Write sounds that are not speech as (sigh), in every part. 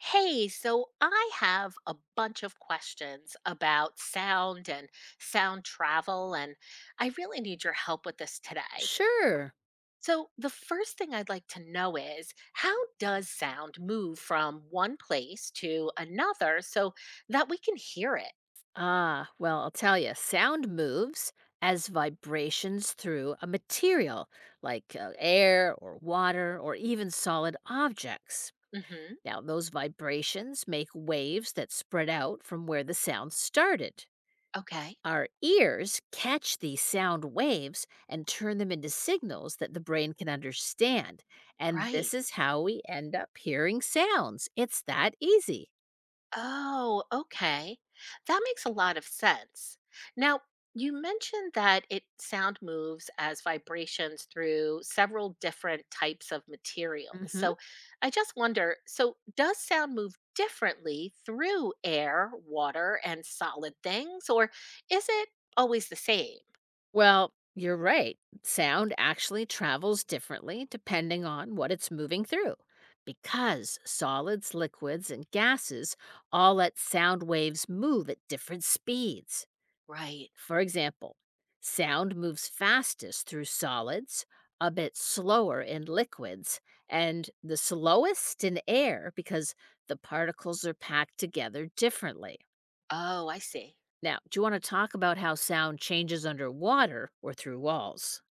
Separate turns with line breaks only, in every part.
Hey, so I have a bunch of questions about sound and sound travel, and I really need your help with this today.
Sure.
So, the first thing I'd like to know is how does sound move from one place to another so that we can hear it?
Ah, well, I'll tell you, sound moves as vibrations through a material like air or water or even solid objects.
Hmm.
Now, those vibrations make waves that spread out from where the sound started.
Okay,
Our ears catch these sound waves and turn them into signals that the brain can understand. And this
right.
is how we end up hearing sounds. It's that easy.
Oh, okay. That makes a lot of sense. Now, you mentioned that it sound moves as vibrations through several different types of materials.
Hmm.
So I just wonder, so does sound move differently through air, water, and solid things, or is it always the same?
Well, you're right. Sound actually travels differently depending on what it's moving through. Because solids, liquids, and gases all let sound waves move at different speeds.
Right.
For example, sound moves fastest through solids, a bit slower in liquids, and the slowest in air because the particles are packed together differently.
Oh, I see.
Now, do you want to talk about how sound changes underwater or through walls?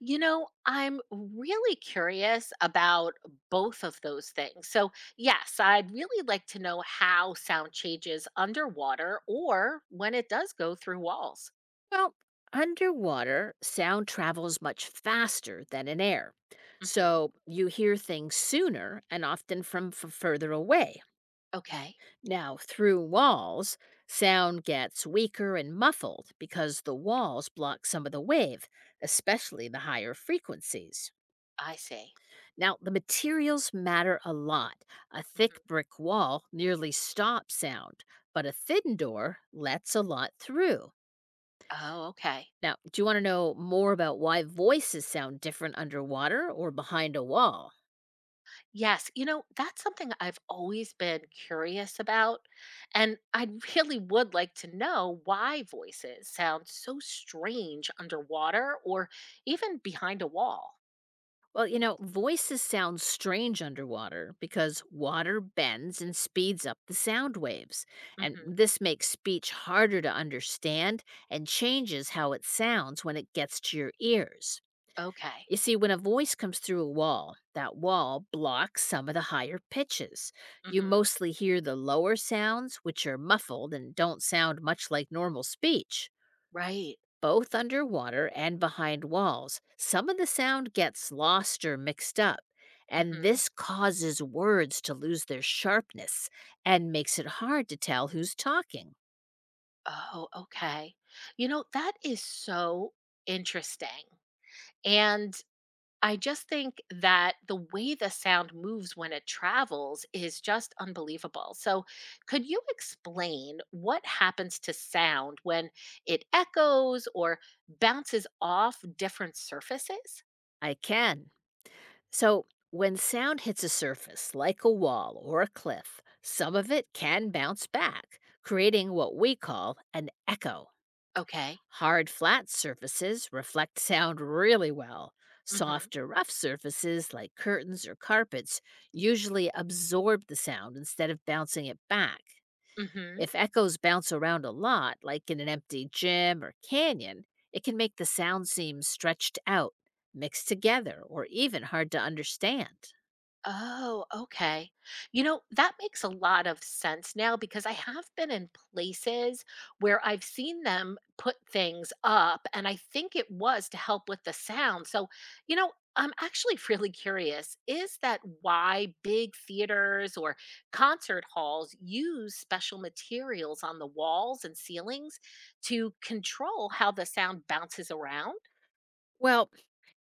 I'm really curious about both of those things. So, yes, I'd really like to know how sound changes underwater or when it does go through walls.
Well, underwater, sound travels much faster than in air.
Hmm.
So you hear things sooner and often from further away.
Okay,
Now, through walls, sound gets weaker and muffled because the walls block some of the wave, especially the higher frequencies.
I see.
Now, the materials matter a lot. A thick
Hmm.
brick wall nearly stops sound, but a thin door lets a lot through.
Oh, okay.
Now, do you want to know more about why voices sound different underwater or behind a wall?
Yes, that's something I've always been curious about. And I (laughs) really would like to know why voices sound so strange underwater or even behind a wall.
Well, you know, voices sound strange underwater because water bends and speeds up the sound waves. And
Hmm.
this makes speech harder to understand and changes how it sounds when it gets to your ears.
Okay.
You see, when a voice comes through a wall, that wall blocks some of the higher pitches. You
Hmm.
mostly hear the lower sounds, which are muffled and don't sound much like normal speech.
Right.
Both underwater and behind walls, some of the sound gets lost or mixed up, and
Hmm.
this causes words to lose their sharpness and makes it hard to tell who's talking.
Oh, okay. That is so interesting. And I just think that the way the sound moves when it travels is just unbelievable. So, could you explain what happens to sound when it echoes or bounces off different surfaces?
I can. So, when sound hits a surface, like a wall or a cliff, some of it can bounce back, creating what we call an echo.
Okay.
Hard, flat surfaces reflect sound really well.
Hmm.
Softer, rough surfaces like curtains or carpets usually absorb the sound instead of bouncing it back.
Hmm.
If echoes bounce around a lot, like in an empty gym or canyon, it can make the sound seem stretched out, mixed together, or even hard to understand.
Oh, okay. That makes a lot of sense now because I have been in places where I've seen them put things up, and I think it was to help with the sound. So, I'm actually (laughs) really curious, is that why big theaters or concert halls use special materials on the walls and ceilings to control how the sound bounces around?
Well,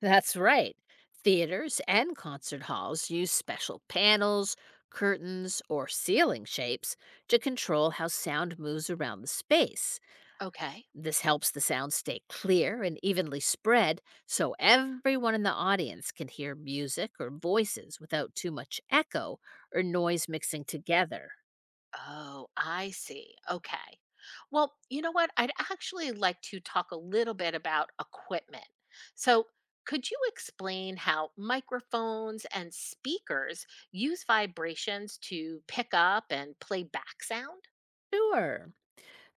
that's right. Theaters and concert halls use special panels, curtains, or ceiling shapes to control how sound moves around the space.
Okay.
This helps the sound stay clear and evenly spread so everyone in the audience can hear music or voices without too much echo or noise mixing together.
Oh, I see. Okay. Well, you know what? I'd actually like to talk a little bit about equipment. So, could you explain how microphones and speakers use vibrations to pick up and play back sound?
Sure.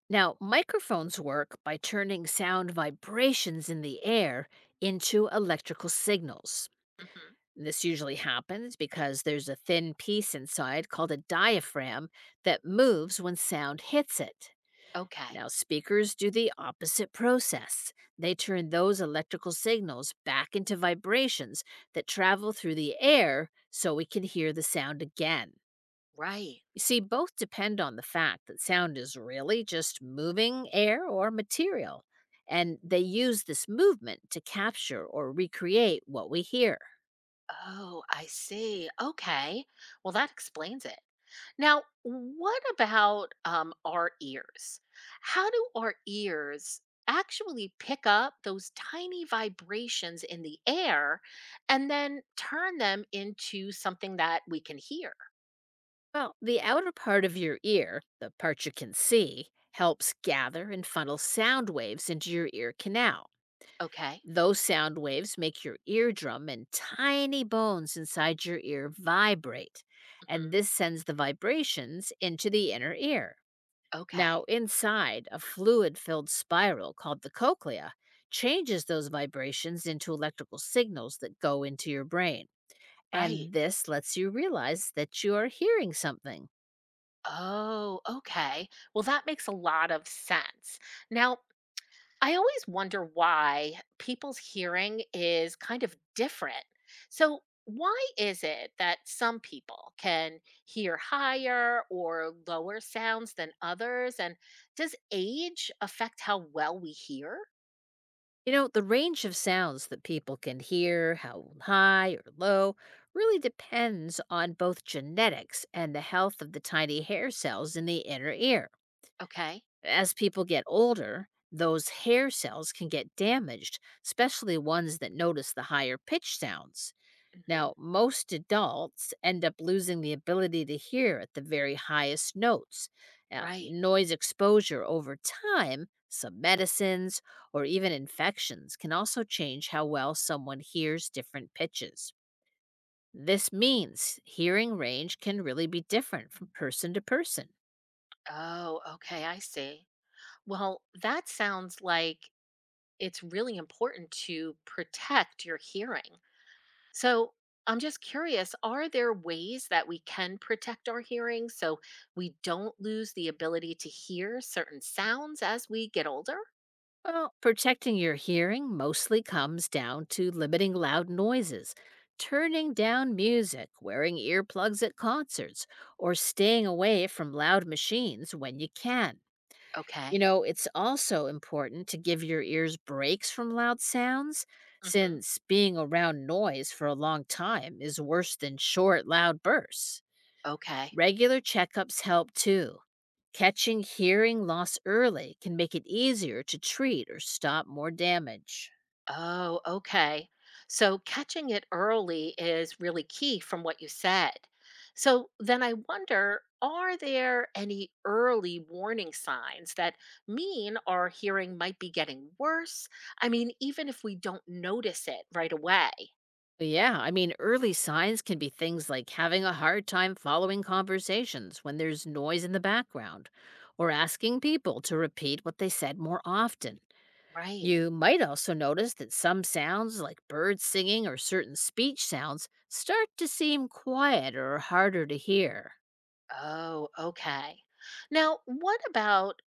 Now, microphones work by turning sound vibrations in the air into electrical signals.
Hmm.
This usually happens because there's a thin piece inside called a diaphragm that moves when sound hits it.
Okay.
Now, speakers do the opposite process. They turn those electrical signals back into vibrations that travel through the air so we can hear the sound again.
Right.
You see, both depend on the fact that sound is really just moving air or material, and they use this movement to capture or recreate what we hear.
Oh, I see. Okay. Well, that explains it. Now, what about our ears? How do our ears actually pick up those tiny vibrations in the air and then turn them into something that we can hear?
Well, the outer part of your ear, the part you can see, helps gather and funnel sound waves into your ear canal.
Okay.
Those sound waves make your eardrum and tiny bones inside your ear vibrate, and
Hmm.
this sends the vibrations into the inner ear.
Okay.
Now, inside, a fluid filled spiral called the cochlea changes those vibrations into electrical signals that go into your brain.
Right.
And this lets you realize that you are hearing something.
Oh, okay. Well, that makes a lot of sense. Now, I always wonder why people's hearing is kind of different. So, why is it that some people can hear higher or lower sounds than others? And does age affect how well we hear?
You know, the range of sounds that people can hear, how high or low, really depends on both genetics and the health of the tiny hair cells in the inner ear.
Okay.
As people get older, those hair cells can get damaged, especially ones that notice the higher pitch sounds.
Hmm.
Now, most adults end up losing the ability to hear at the very highest notes. Now,
Right.
noise exposure over time, some medicines, or even infections can also change how well someone hears different pitches. This means hearing range can really be different from person to person.
Oh, okay. I see. Well, that sounds like it's really important to protect your hearing. So I'm just curious, are there ways that we can protect our hearing so we don't lose the ability to hear certain sounds as we get older?
Well, protecting your hearing mostly comes down to limiting loud noises, turning down music, wearing earplugs at concerts, or staying away from loud machines when you can. You
Okay.
know, it's also important to give your ears breaks from loud sounds,
Hmm.
since being around noise for a long time is worse than short, loud bursts.
Okay.
Regular checkups help too. Catching hearing loss early can make it easier to treat or stop more damage.
Oh, okay. So catching it early is really key from what you said. So then I wonder, are there any early warning signs that mean our hearing might be getting worse? I mean, even if we don't notice it right away,
Yeah, I mean, early signs can be things like having a hard time following conversations when there's noise in the background, or asking people to repeat what they said more often.
right?
You might also notice that some sounds, like birds singing or certain speech sounds, start to seem quieter or harder to hear.
Oh, okay. Now, what about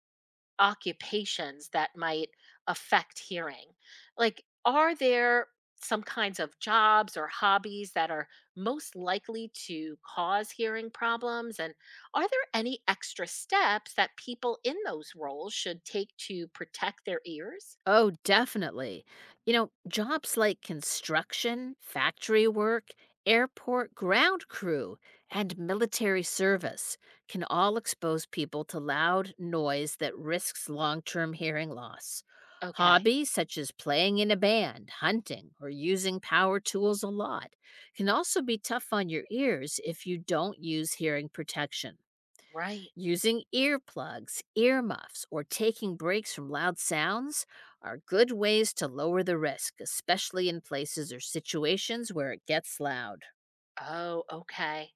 occupations that might affect hearing? Like, are there some kinds of jobs or hobbies that are most likely to cause hearing problems? And are there any extra steps that people in those roles should take to protect their ears?
Oh, definitely. You know, jobs like construction, factory work, airport ground crew, and military service can all expose people to loud noise that risks long term hearing loss.
Okay,
Hobbies such as playing in a band, hunting, or using power tools a lot can also be tough on your ears if you don't use hearing protection.
right.
Using earplugs, earmuffs, or taking breaks from loud sounds are good ways to lower the risk, especially in places or situations where it gets loud.
Oh, okay.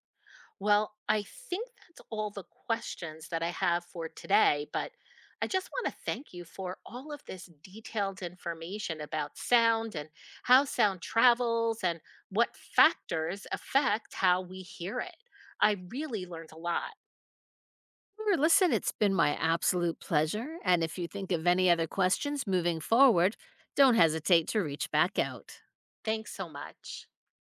Well, I think that's all the questions that I have for today, but I just want to thank you for all of this detailed information about sound and how sound travels and what factors affect how we hear it. I really learned a lot.
Well, listen, it's been my absolute pleasure. And if you think of any other questions moving forward, don't hesitate to reach back out.
Thanks so much.